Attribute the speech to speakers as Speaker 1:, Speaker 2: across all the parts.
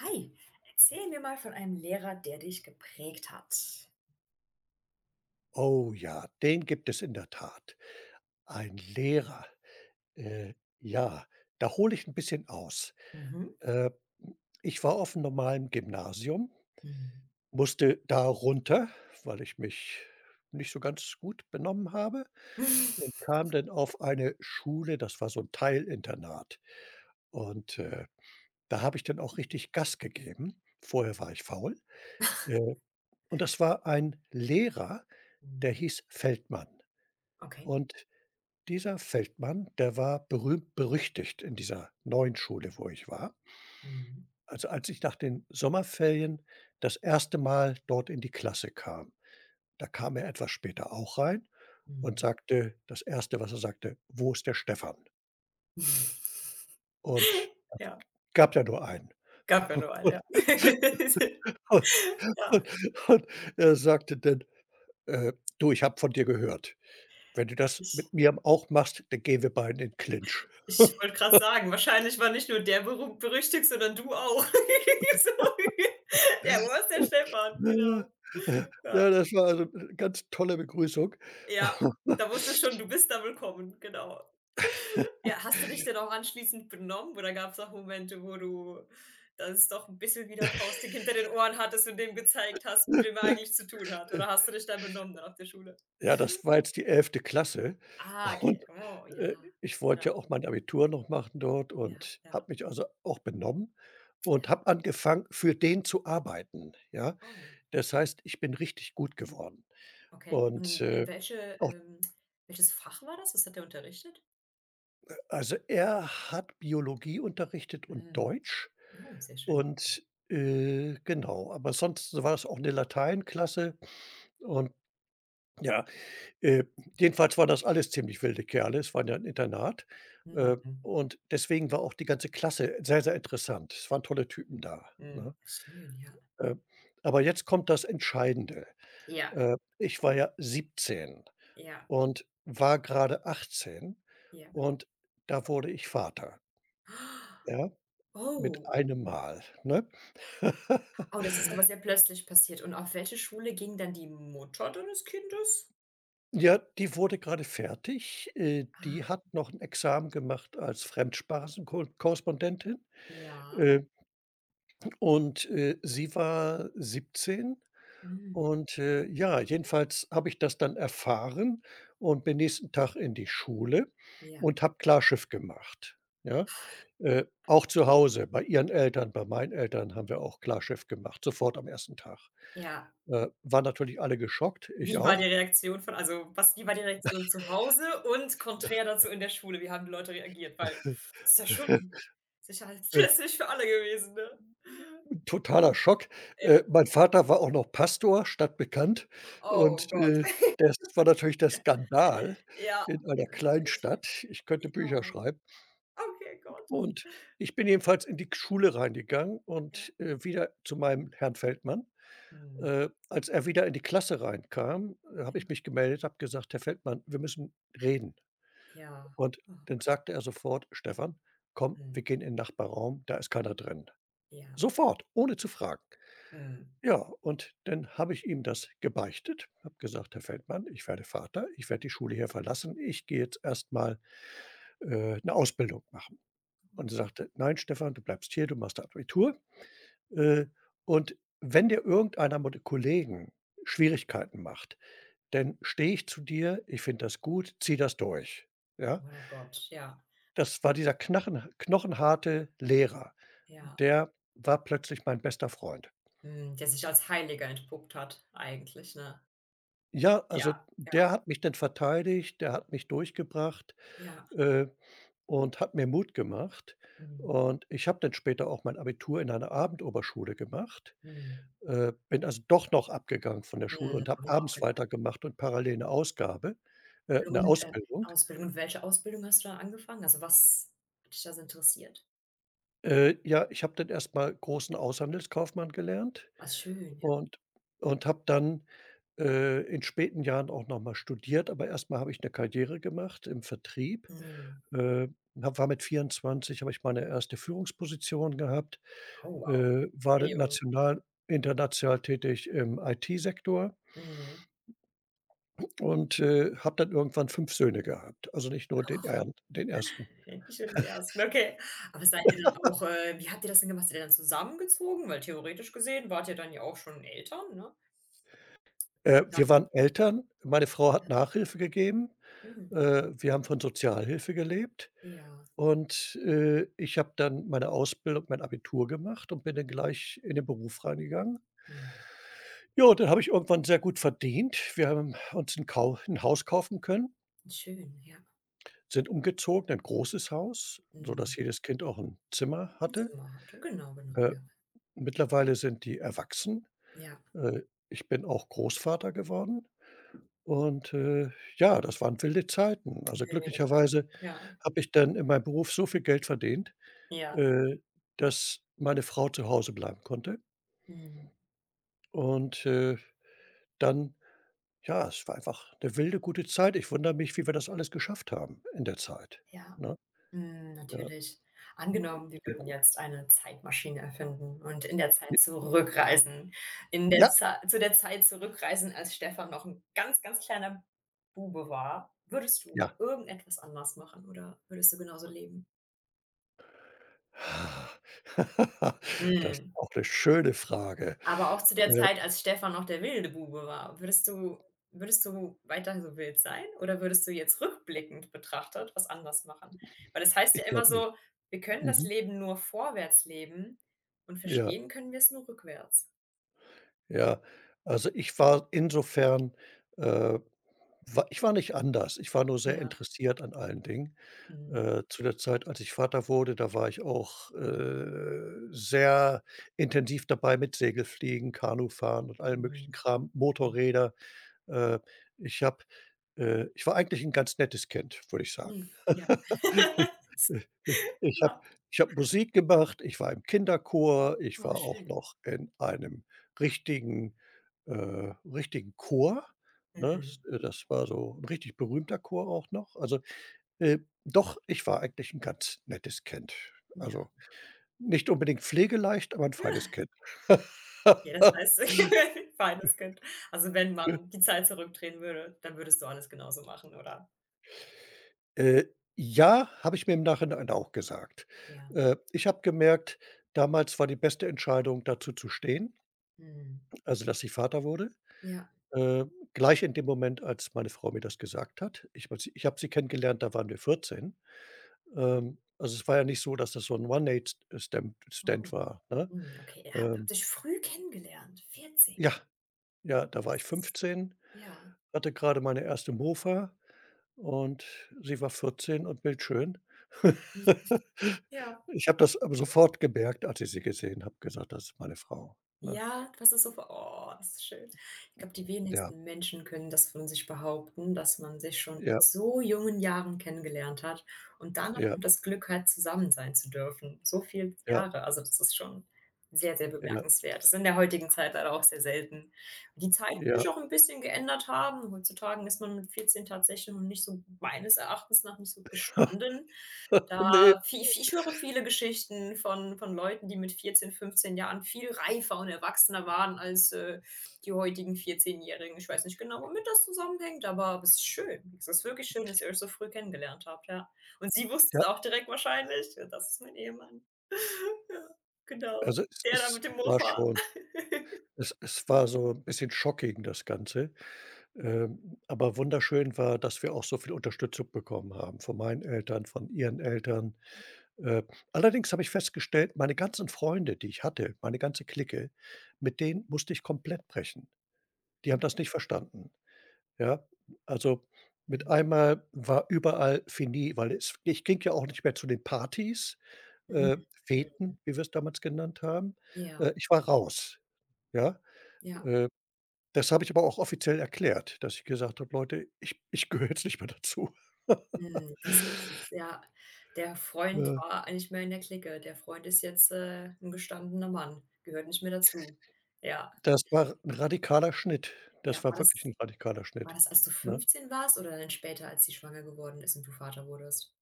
Speaker 1: Hi, erzähl mir mal von einem Lehrer, der dich geprägt hat.
Speaker 2: Oh ja, den gibt es in der Tat. Ein Lehrer. Äh, ja, da hole ich ein bisschen aus.
Speaker 1: Mhm.
Speaker 2: Äh, Ich war auf'm normalen Gymnasium,
Speaker 1: Mhm.
Speaker 2: musste da runter, weil ich mich nicht so ganz gut benommen habe und kam dann auf eine Schule, das war so 'n Teilinternat. Und, da habe ich dann auch richtig Gas gegeben. Vorher war ich faul. Äh, und das war ein Lehrer, der
Speaker 1: Mhm.
Speaker 2: hieß Feldmann.
Speaker 1: Okay.
Speaker 2: Und dieser Feldmann, der war berühmt berüchtigt in dieser neuen Schule, wo ich war.
Speaker 1: Mhm.
Speaker 2: Also, als ich nach den Sommerferien das erste Mal dort in die Klasse kam, da kam er etwas später auch rein und
Speaker 1: Mhm.
Speaker 2: sagte das erste, was er sagte: „Wo ist der Stefan?“ Und
Speaker 1: Ja,
Speaker 2: gab ja nur einen.
Speaker 1: gab ja nur einen,
Speaker 2: Und
Speaker 1: ja.
Speaker 2: und
Speaker 1: Ja,
Speaker 2: und und er sagte dann: „Äh, Du, ich habe von dir gehört. Wenn du das
Speaker 1: ich
Speaker 2: mit mir auch machst, dann gehen wir beide in Clinch.“
Speaker 1: ich wollte grad sagen, wahrscheinlich war nicht nur der berühmt berüchtigt, sondern du auch. So, der Urs, der Stefan,
Speaker 2: Ja, ja.
Speaker 1: genau. Ja.
Speaker 2: Ja, das war also 'ne ganz tolle Begrüßung.
Speaker 1: Ja, da wusstest schon, du bist da willkommen, genau. Ja, hast du dich denn auch anschließend benommen oder gab es auch Momente, wo du das doch ein bisschen wieder faustdick hinter den Ohren hattest und dem gezeigt hast, mit wem er eigentlich zu tun hat? Oder hast du dich da benommen dann auf der Schule?
Speaker 2: Ja, das war jetzt die elfte Klasse
Speaker 1: Ah,
Speaker 2: und,
Speaker 1: okay. Oh, ja.
Speaker 2: äh, ich
Speaker 1: Ja,
Speaker 2: wollte ja auch mein Abitur noch machen dort
Speaker 1: ja,
Speaker 2: und
Speaker 1: ja.
Speaker 2: habe mich also auch benommen und
Speaker 1: Ja.
Speaker 2: habe angefangen, für den zu arbeiten, ja?
Speaker 1: Oh,
Speaker 2: Das heißt, ich bin richtig gut geworden
Speaker 1: okay.
Speaker 2: und,
Speaker 1: Und in welche welches Fach war das? Was hat er unterrichtet?
Speaker 2: also er hat Biologie unterrichtet und
Speaker 1: Mhm.
Speaker 2: Deutsch
Speaker 1: Oh, sehr schön.
Speaker 2: und, genau, aber sonst war es auch 'ne Lateinklasse und ja. Äh, Jedenfalls waren das alles ziemlich wilde Kerle. Es war ja ein Internat,
Speaker 1: Mhm.
Speaker 2: und deswegen war auch die ganze Klasse sehr, sehr interessant. Es waren tolle Typen da,
Speaker 1: Mhm.
Speaker 2: ne?
Speaker 1: Schön, ja.
Speaker 2: Äh, aber jetzt kommt das Entscheidende.
Speaker 1: Ja,
Speaker 2: Ich war ja 17
Speaker 1: ja,
Speaker 2: und war gerade 18
Speaker 1: ja.
Speaker 2: und da wurde ich Vater, ja, mit
Speaker 1: Oh.
Speaker 2: einem Mal, ne?
Speaker 1: Oh, das ist aber sehr plötzlich passiert. Und auf welche Schule ging dann die Mutter deines Kindes?
Speaker 2: Ja, die wurde gerade fertig. Die
Speaker 1: Ah,
Speaker 2: hat noch ein Examen gemacht als Fremdsprachenkorrespondentin.
Speaker 1: ja.
Speaker 2: Äh, Und, sie war 17
Speaker 1: Mhm.
Speaker 2: und, ja, jedenfalls habe ich das dann erfahren und bin nächsten Tag in die Schule
Speaker 1: Ja,
Speaker 2: und habe Klarschiff gemacht, ja? Auch zu Hause, bei ihren Eltern, bei meinen Eltern haben wir auch Klarschiff gemacht, sofort am ersten Tag.
Speaker 1: ja.
Speaker 2: Waren natürlich alle geschockt, ich
Speaker 1: Wie war
Speaker 2: auch.
Speaker 1: die Reaktion von also, was wie war die Reaktion zu Hause und konträr dazu in der Schule? Wie haben die Leute reagiert? Weil ist ja schon sicherheitsmäßig für alle gewesen, ne?
Speaker 2: Totaler Schock.
Speaker 1: Ja.
Speaker 2: Mein Vater war auch noch Pastor, stadtbekannt und,
Speaker 1: Oh Gott.
Speaker 2: das war natürlich der
Speaker 1: Ja,
Speaker 2: Skandal
Speaker 1: ja,
Speaker 2: in einer kleinen
Speaker 1: natürlich.
Speaker 2: Stadt. Ich könnte
Speaker 1: Ja,
Speaker 2: Bücher
Speaker 1: oh.
Speaker 2: schreiben
Speaker 1: Okay, Gott.
Speaker 2: und ich bin jedenfalls in die Schule reingegangen
Speaker 1: Ja.
Speaker 2: und, wieder zu meinem Herrn Feldmann.
Speaker 1: Mhm.
Speaker 2: Als er wieder in die Klasse reinkam, habe
Speaker 1: Ja.
Speaker 2: ich mich gemeldet, habe gesagt: „Herr Feldmann, wir müssen reden.“
Speaker 1: Ja.
Speaker 2: Und dann sagte er sofort: „Stefan, komm,
Speaker 1: Mhm.
Speaker 2: wir gehen in den Nachbarraum, da ist keiner drin.“
Speaker 1: Ja.
Speaker 2: Sofort, ohne zu fragen.
Speaker 1: Mhm.
Speaker 2: Ja, und dann habe ich ihm das gebeichtet, habe gesagt: „Herr Feldmann, ich werde Vater, ich werde die Schule hier verlassen. Ich gehe jetzt erstmal mal, 'ne Ausbildung machen.“ Und er sagte: „Nein, Stefan, du bleibst hier, du machst Abitur, äh, und wenn dir irgendeiner meiner Kollegen Schwierigkeiten macht, dann stehe ich zu dir. Ich finde das gut, zieh das durch.“ Ja?
Speaker 1: Oh Gott, ja,
Speaker 2: Das war dieser knachen knochenharte Lehrer.
Speaker 1: ja.
Speaker 2: Der war plötzlich mein bester Freund.
Speaker 1: Hm, der sich als Heiliger entpuppt hat eigentlich, ne?
Speaker 2: Ja,
Speaker 1: Ja,
Speaker 2: also
Speaker 1: ja,
Speaker 2: der hat mich dann verteidigt, der hat mich durchgebracht,
Speaker 1: ja.
Speaker 2: äh, und hat mir Mut gemacht.
Speaker 1: Mhm,
Speaker 2: Und ich habe dann später auch mein Abitur in einer Abendoberschule gemacht,
Speaker 1: mhm,
Speaker 2: bin also doch noch abgegangen von der Schule
Speaker 1: mhm.
Speaker 2: und habe abends weitergemacht und parallel 'ne
Speaker 1: Und,
Speaker 2: Ausbildung.
Speaker 1: Ausbildung. Und welche Ausbildung hast du da angefangen? Also, was hat dich da so interessiert?
Speaker 2: Ja, ich habe dann erst mal großen Außenhandelskaufmann gelernt
Speaker 1: Ah, schön, ja.
Speaker 2: und und habe dann, in späten Jahren auch noch mal studiert, aber erst mal habe ich eine Karriere gemacht im Vertrieb.
Speaker 1: Mhm.
Speaker 2: Äh, habe War mit 24 habe ich meine erste Führungsposition gehabt,
Speaker 1: Oh, wow,
Speaker 2: war
Speaker 1: sehr
Speaker 2: dann
Speaker 1: jung.
Speaker 2: national international tätig im IT-Sektor
Speaker 1: Mhm.
Speaker 2: und, habe dann irgendwann 5 Söhne gehabt, also nicht nur den ersten.
Speaker 1: Ich will ersten, okay. Aber seid ihr dann auch wie habt ihr das denn gemacht? Seid ihr dann zusammengezogen? Weil theoretisch gesehen wart ihr dann ja auch schon Eltern, ne? Ja.
Speaker 2: Wir waren Eltern, meine Frau hat Nachhilfe gegeben,
Speaker 1: Mhm.
Speaker 2: wir haben von Sozialhilfe gelebt
Speaker 1: Ja.
Speaker 2: und, ich habe dann meine Ausbildung, mein Abitur gemacht und bin dann gleich in den Beruf reingegangen.
Speaker 1: Mhm.
Speaker 2: Ja, dann habe ich irgendwann sehr gut verdient. Wir haben uns ein Kau 'n Haus kaufen können.
Speaker 1: Schön, ja.
Speaker 2: Sind umgezogen ein großes Haus, sodass
Speaker 1: Mhm.
Speaker 2: jedes Kind auch ein Zimmer hatte.
Speaker 1: Zimmer hatte. Genau, genau,
Speaker 2: Äh,
Speaker 1: ja.
Speaker 2: Mittlerweile sind die erwachsen.
Speaker 1: Ja.
Speaker 2: Äh, Ich bin auch Großvater geworden und, ja, das waren wilde Zeiten. Also,
Speaker 1: Wild,
Speaker 2: glücklicherweise
Speaker 1: ja,
Speaker 2: habe ich dann in meinem Beruf so viel Geld verdient,
Speaker 1: ja,
Speaker 2: äh, dass meine Frau zu Hause bleiben konnte
Speaker 1: mhm,
Speaker 2: und, dann ja, es war einfach eine wilde, gute Zeit. Ich wundere mich, wie wir das alles geschafft haben in der Zeit,
Speaker 1: ja,
Speaker 2: ne?
Speaker 1: mhm,
Speaker 2: Ja,
Speaker 1: natürlich.
Speaker 2: es
Speaker 1: Angenommen, wir
Speaker 2: ging
Speaker 1: würden
Speaker 2: gut.
Speaker 1: jetzt eine Zeitmaschine erfinden und in der Zeit zurückreisen. In der
Speaker 2: Ja,
Speaker 1: Zei Zu der Zeit zurückreisen, als Stefan noch ein ganz, ganz kleiner Bube war. Würdest du
Speaker 2: ja.
Speaker 1: irgendetwas anders machen oder würdest du genauso leben?
Speaker 2: Ah. Das ist
Speaker 1: Mhm.
Speaker 2: auch eine schöne Frage.
Speaker 1: Aber auch zu der
Speaker 2: Äh,
Speaker 1: Zeit, als Stefan noch der wilde Bube war, würdest du weiter so wild sein oder würdest du jetzt rückblickend betrachtet was anders machen? Weil das heißt ja
Speaker 2: ich
Speaker 1: immer
Speaker 2: glaube nicht.
Speaker 1: so, wir können das
Speaker 2: Mhm.
Speaker 1: Leben nur vorwärts leben und
Speaker 2: Ja,
Speaker 1: verstehen können wir es nur rückwärts.
Speaker 2: ja. Also, ich war insofern, äh wa ich war nicht anders. Ich war nur sehr
Speaker 1: Ja.
Speaker 2: interessiert an allen Dingen.
Speaker 1: Mhm.
Speaker 2: Zu der Zeit, als ich Vater wurde, da war ich auch, sehr intensiv dabei mit Segelfliegen, Kanufahren und allem möglichen
Speaker 1: Mhm.
Speaker 2: Kram, Motorräder. Äh, ich habe Ich war eigentlich ein ganz nettes Kind, würde ich sagen.
Speaker 1: Mhm. Ja.
Speaker 2: Ich habe
Speaker 1: Ja.
Speaker 2: Ich habe Musik gemacht, ich war im Kinderchor, ich
Speaker 1: Oh,
Speaker 2: war auch
Speaker 1: schön.
Speaker 2: noch in einem richtigen richtigen Chor, ne? S
Speaker 1: Mhm.
Speaker 2: Das war so ein richtig berühmter Chor auch noch. Also, äh, doch, ich war eigentlich ein ganz nettes Kind.
Speaker 1: Ja.
Speaker 2: Also, nicht unbedingt pflegeleicht, aber ein feines Kind.
Speaker 1: Ja, das heißt, feines Kind. Also, wenn man die Zeit zurückdrehen würde, dann würdest du alles genauso machen, oder?
Speaker 2: Äh, ja, habe ich mir im Nachhinein auch gesagt.
Speaker 1: Ja.
Speaker 2: Ich habe gemerkt, damals war die beste Entscheidung, dazu zu stehen,
Speaker 1: Mhm.
Speaker 2: also dass ich Vater wurde.
Speaker 1: Ja.
Speaker 2: Äh, Gleich in dem Moment, als meine Frau mir das gesagt hat. Ich meine, ich habe sie kennengelernt, da waren wir 14. Also, es war ja nicht so, dass das so ein One Night Stand
Speaker 1: Oh.
Speaker 2: war, ne?
Speaker 1: Mhm, okay, ihr habt
Speaker 2: Ähm,
Speaker 1: euch früh kennengelernt, 14?
Speaker 2: ja, ja, da war
Speaker 1: Das
Speaker 2: ich
Speaker 1: ist
Speaker 2: 15,
Speaker 1: ja,
Speaker 2: hatte gerade meine erste Mofa und sie war 14 und bildschön.
Speaker 1: nicht. Ja.
Speaker 2: Ich habe das aber sofort gemerkt, als ich sie gesehen habe, gesagt: „Das ist meine Frau“, ne?
Speaker 1: Ja, was ist so vor oh, das ist schön. Ich glaube, die
Speaker 2: Ja,
Speaker 1: wenigsten Menschen können das von sich behaupten, dass man sich schon
Speaker 2: ja,
Speaker 1: so jungen Jahren kennengelernt hat und dann auch
Speaker 2: ja,
Speaker 1: noch das Glück hat, zusammen sein zu dürfen. So viele
Speaker 2: ja,
Speaker 1: Jahre, also das ist schon sehr, sehr
Speaker 2: ja,
Speaker 1: bemerkenswert. Das ist in der heutigen Zeit leider auch sehr selten. Die Zeiten sich
Speaker 2: ja.
Speaker 1: auch ein bisschen geändert haben. Heutzutage ist man mit 14 tatsächlich noch nicht so meines Erachtens nach nicht so gestanden da.
Speaker 2: Ne,
Speaker 1: Ich höre viele Geschichten von Leuten, die mit 14, 15 Jahren viel reifer und erwachsener waren als, die heutigen 14-Jährigen. Ich weiß nicht genau, womit das zusammenhängt, aber es ist schön. Es ist wirklich schön, dass ihr euch so früh kennengelernt habt, ja. Und sie wusste
Speaker 2: ja,
Speaker 1: es auch direkt wahrscheinlich: „Ja, das ist mein Ehemann.“ Ja, genau.
Speaker 2: also,
Speaker 1: Der da
Speaker 2: es
Speaker 1: mit dem
Speaker 2: war
Speaker 1: Mofa.
Speaker 2: schon. Es war so ein bisschen shocking, das Ganze. Aber wunderschön war, dass wir auch so viel Unterstützung bekommen haben von meinen Eltern, von ihren Eltern. Äh, Allerdings habe ich festgestellt, meine ganzen Freunde, die ich hatte, meine ganze Clique, mit denen musste ich komplett brechen. Die haben das nicht verstanden, ja? Also, mit
Speaker 1: Mhm.
Speaker 2: einmal war überall fini, weil es ich ging ja auch nicht mehr zu den Partys,
Speaker 1: Mhm.
Speaker 2: äh,
Speaker 1: Mhm.
Speaker 2: Feten, wie wir es damals genannt haben.
Speaker 1: Ja,
Speaker 2: Ich war raus, ja?
Speaker 1: ja.
Speaker 2: Äh Das habe ich aber auch offiziell erklärt, dass ich gesagt habe: „Leute, ich gehöre jetzt nicht mehr dazu.“
Speaker 1: Mhm, das ist es, ja. Der Freund
Speaker 2: Ja,
Speaker 1: war nicht mehr in der Clique. Der Freund ist jetzt, 'n gestandener Mann, gehört nicht mehr dazu. Ja,
Speaker 2: das war 'n radikaler Schnitt.
Speaker 1: ja.
Speaker 2: Das
Speaker 1: War
Speaker 2: war wirklich
Speaker 1: das
Speaker 2: 'n radikaler
Speaker 1: war
Speaker 2: Schnitt,
Speaker 1: das, als du
Speaker 2: ne?
Speaker 1: 15 warst oder dann später, als sie schwanger geworden ist und du Vater wurdest?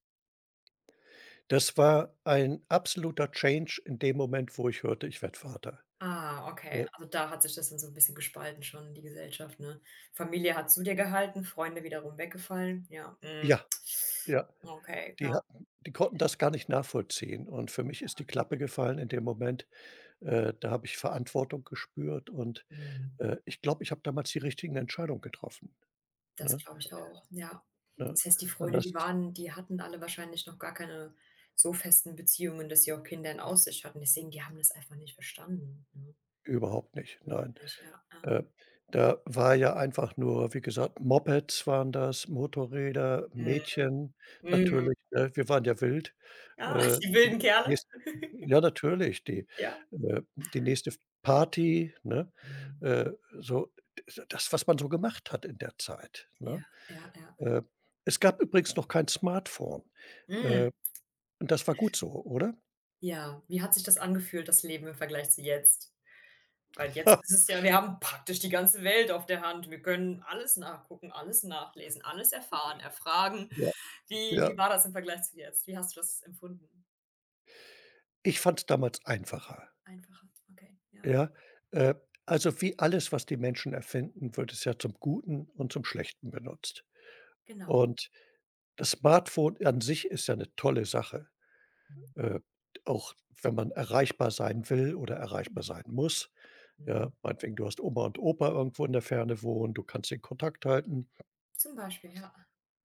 Speaker 2: Das war ein absoluter Change in dem Moment, wo ich hörte, ich werde Vater.
Speaker 1: Ah, okay.
Speaker 2: Äh,
Speaker 1: Also, da hat sich das dann so ein bisschen gespalten schon, die Gesellschaft, ne? Familie hat zu dir gehalten, Freunde wiederum weggefallen. Ja, mhm.
Speaker 2: ja, ja,
Speaker 1: Okay,
Speaker 2: die
Speaker 1: ja.
Speaker 2: hatten die konnten das gar nicht nachvollziehen und für mich ist die Klappe gefallen in dem Moment. Da habe ich Verantwortung gespürt und,
Speaker 1: Mhm.
Speaker 2: ich glaube, ich habe damals die richtigen Entscheidungen getroffen,
Speaker 1: Das
Speaker 2: ne,
Speaker 1: glaube ich auch, ja.
Speaker 2: ne?
Speaker 1: Das heißt, die
Speaker 2: Und
Speaker 1: Freunde,
Speaker 2: das.
Speaker 1: die hatten alle wahrscheinlich noch gar keine so festen Beziehungen, dass sie auch Kinder in Aussicht hatten. Deswegen, die haben das einfach nicht verstanden, ne?
Speaker 2: Überhaupt nicht,
Speaker 1: Überhaupt
Speaker 2: nein.
Speaker 1: nicht, ja, ja.
Speaker 2: Äh, Da war ja einfach nur, wie gesagt, Mopeds waren das, Motorräder,
Speaker 1: Mhm,
Speaker 2: Mädchen
Speaker 1: mhm.
Speaker 2: natürlich, ne? Wir waren ja wild.
Speaker 1: Ah, die
Speaker 2: Die
Speaker 1: wilden Kerle.
Speaker 2: nächst Ja, natürlich,
Speaker 1: Ja.
Speaker 2: die nächste Party, ne?
Speaker 1: Mhm.
Speaker 2: Äh, so d Das, was man so gemacht hat in der Zeit,
Speaker 1: Ja,
Speaker 2: ne?
Speaker 1: ja, ja.
Speaker 2: Äh, Es gab übrigens noch kein Smartphone.
Speaker 1: Mhm.
Speaker 2: Äh, und das war gut so, oder?
Speaker 1: Ja, wie hat sich das angefühlt, das Leben im Vergleich zu jetzt? Weil jetzt ist es ja, wir haben praktisch die ganze Welt auf der Hand. Wir können alles nachgucken, alles nachlesen, alles erfahren, erfragen.
Speaker 2: Ja,
Speaker 1: Wie
Speaker 2: ja.
Speaker 1: wie war das im Vergleich zu jetzt? Wie hast du das empfunden?
Speaker 2: Ich fand's damals einfacher.
Speaker 1: Einfacher, okay, ja,
Speaker 2: Ja, äh, also wie alles, was die Menschen erfinden, wird es ja zum Guten und zum Schlechten benutzt.
Speaker 1: genau.
Speaker 2: Und das Smartphone an sich ist ja 'ne tolle Sache,
Speaker 1: Mhm,
Speaker 2: äh, auch wenn man erreichbar sein will oder erreichbar
Speaker 1: genau.
Speaker 2: sein muss. Ja,
Speaker 1: Mhm.
Speaker 2: meinetwegen, du hast Oma und Opa irgendwo in der Ferne wohnen, du kannst den Kontakt halten,
Speaker 1: Zum Beispiel, ja.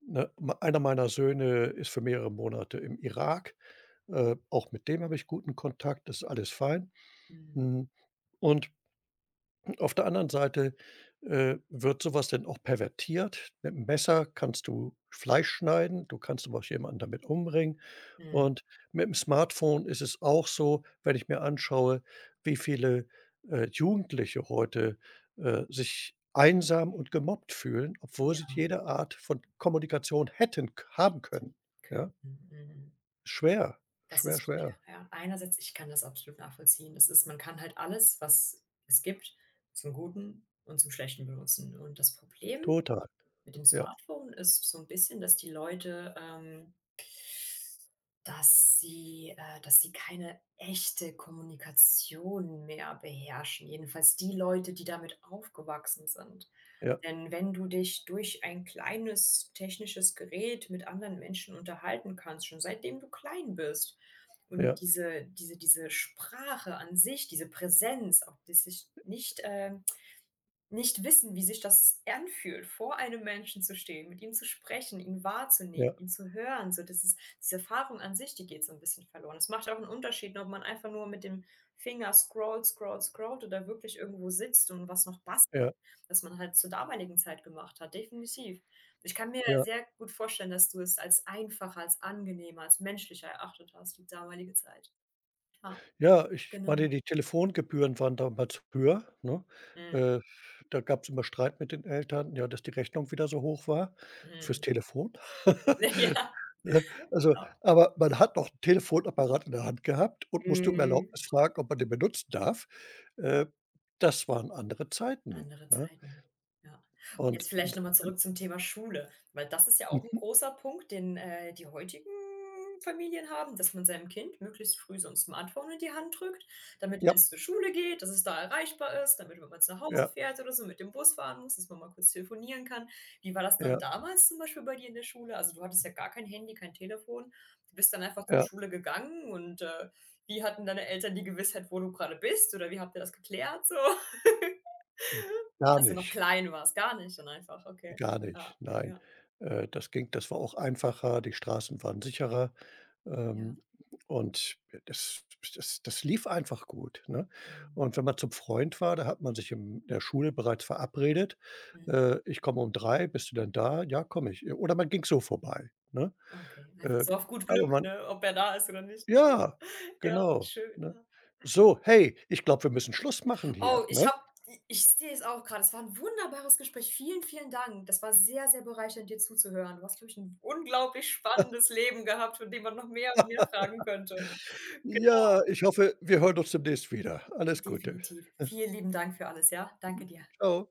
Speaker 2: ne? M Einer meiner Söhne ist für mehrere Monate im Irak, auch mit dem habe ich guten Kontakt, das ist alles fein.
Speaker 1: Mhm,
Speaker 2: Mhm, und auf der anderen Seite, wird sowas denn auch pervertiert. Mit dem Messer kannst du Fleisch schneiden, du kannst aber auch jemanden damit umbringen.
Speaker 1: mhm.
Speaker 2: Und mit dem Smartphone ist es auch so, wenn ich mir anschaue, wie viele, Jugendliche heute, sich einsam und gemobbt fühlen, obwohl sie
Speaker 1: Ja,
Speaker 2: jede Art von Kommunikation hätten haben können,
Speaker 1: dann
Speaker 2: ja?
Speaker 1: könnten. Mhm.
Speaker 2: Schwer,
Speaker 1: Das
Speaker 2: schwer,
Speaker 1: ist schwer,
Speaker 2: schwer.
Speaker 1: ja. Einerseits, ich kann das absolut nachvollziehen. Das ist Man kann halt alles, was es gibt, zum Guten und zum Schlechten benutzen. Und das Problem
Speaker 2: Total.
Speaker 1: mit dem
Speaker 2: Ja,
Speaker 1: Smartphone ist so ein bisschen, dass die Leute, dass sie, dass sie keine echte Kommunikation mehr beherrschen, jedenfalls die Leute, die damit aufgewachsen sind.
Speaker 2: ja,
Speaker 1: Denn wenn du dich durch ein kleines technisches Gerät mit anderen Menschen unterhalten kannst, schon seitdem du klein bist und
Speaker 2: ja,
Speaker 1: diese Sprache an sich, diese Präsenz, auch das sich nicht, nicht wissen, wie sich das anfühlt, vor einem Menschen zu stehen, mit ihm zu sprechen, ihn wahrzunehmen,
Speaker 2: ja,
Speaker 1: ihn zu hören. So, das ist diese Erfahrung an sich, die geht so ein bisschen verloren. Es macht auch einen Unterschied, ob man einfach nur mit dem Finger scrollt, scrollt, scrollt oder wirklich irgendwo sitzt und was noch bastelt,
Speaker 2: ja,
Speaker 1: was man halt zur damaligen Zeit gemacht hat, definitiv. Ich kann mir
Speaker 2: ja.
Speaker 1: sehr gut vorstellen, dass du es als einfacher, als angenehmer, als menschlicher erachtet hast, die damalige Zeit. Ja,
Speaker 2: Ja, ich
Speaker 1: genau.
Speaker 2: meine, die Telefongebühren waren damals höher, ne?
Speaker 1: Mhm, mhm.
Speaker 2: Äh, Da gab's immer Streit mit den Eltern, ja, dass die Rechnung wieder so hoch war fürs Telefon.
Speaker 1: Ja, genau.
Speaker 2: Ne? Also, aber man hat noch 'n Telefonapparat in der Hand gehabt und musste um
Speaker 1: Mhm.
Speaker 2: Erlaubnis fragen, ob man den benutzen darf. Äh, Das waren andere Zeiten,
Speaker 1: Andere
Speaker 2: ne?
Speaker 1: Zeiten, ja. Und
Speaker 2: Und
Speaker 1: jetzt vielleicht noch mal zurück zum Thema Schule, weil das ist ja auch ein
Speaker 2: mhm,
Speaker 1: großer Punkt, den, die heutigen Familien haben, dass man seinem Kind möglichst früh so ein Smartphone in die Hand drückt, damit, wenn
Speaker 2: ja,
Speaker 1: es zur Schule geht, dass es da erreichbar ist, damit, wenn man nach Hause
Speaker 2: ja,
Speaker 1: fährt oder so, mit dem Bus fahren muss, dass man mal kurz telefonieren kann. Wie war das dann
Speaker 2: ja,
Speaker 1: damals zum Beispiel bei dir in der Schule? Also, du hattest ja gar kein Handy, kein Telefon. Du bist dann einfach zur
Speaker 2: ja,
Speaker 1: Schule gegangen und, wie hatten deine Eltern die Gewissheit, wo du gerade bist oder wie habt ihr das geklärt so?
Speaker 2: äh, gar
Speaker 1: Als du noch
Speaker 2: nicht,
Speaker 1: klein warst, gar nicht dann einfach, okay.
Speaker 2: gar nicht,
Speaker 1: Ja,
Speaker 2: nein.
Speaker 1: ja,
Speaker 2: Das war auch einfacher, die Straßen waren sicherer.
Speaker 1: ja,
Speaker 2: Ähm, und das das lief einfach gut, ne?
Speaker 1: mhm,
Speaker 2: Und wenn man zum Freund war, da hat man sich in der Schule bereits verabredet.
Speaker 1: mhm,
Speaker 2: „Ich komme um drei, bist du denn da?“ „Ja, komme ich.“ Oder man ging so vorbei, ne?
Speaker 1: okay. Einfach
Speaker 2: Äh,
Speaker 1: so auf gut
Speaker 2: aber
Speaker 1: Glück,
Speaker 2: man
Speaker 1: ne, ob er da ist oder nicht.
Speaker 2: Ja,
Speaker 1: Ja,
Speaker 2: genau,
Speaker 1: schön,
Speaker 2: ne?
Speaker 1: ja.
Speaker 2: „So, hey, ich glaube, wir müssen Schluss machen hier“,
Speaker 1: Oh,
Speaker 2: ne?
Speaker 1: ich sehe es auch gerade. Es war ein wunderbares Gespräch. Vielen, vielen Dank. Das war sehr, sehr bereichernd, dir zuzuhören. Du hast, glaube ich, 'n unglaublich spannendes Leben gehabt, von dem man noch mehr und mehr fragen könnte.
Speaker 2: „Ja,
Speaker 1: Genau.
Speaker 2: ich hoffe, wir hören uns demnächst wieder. Alles Gute.
Speaker 1: Definitiv. Vielen lieben Dank für alles, ja? Danke dir.
Speaker 2: Ciao.“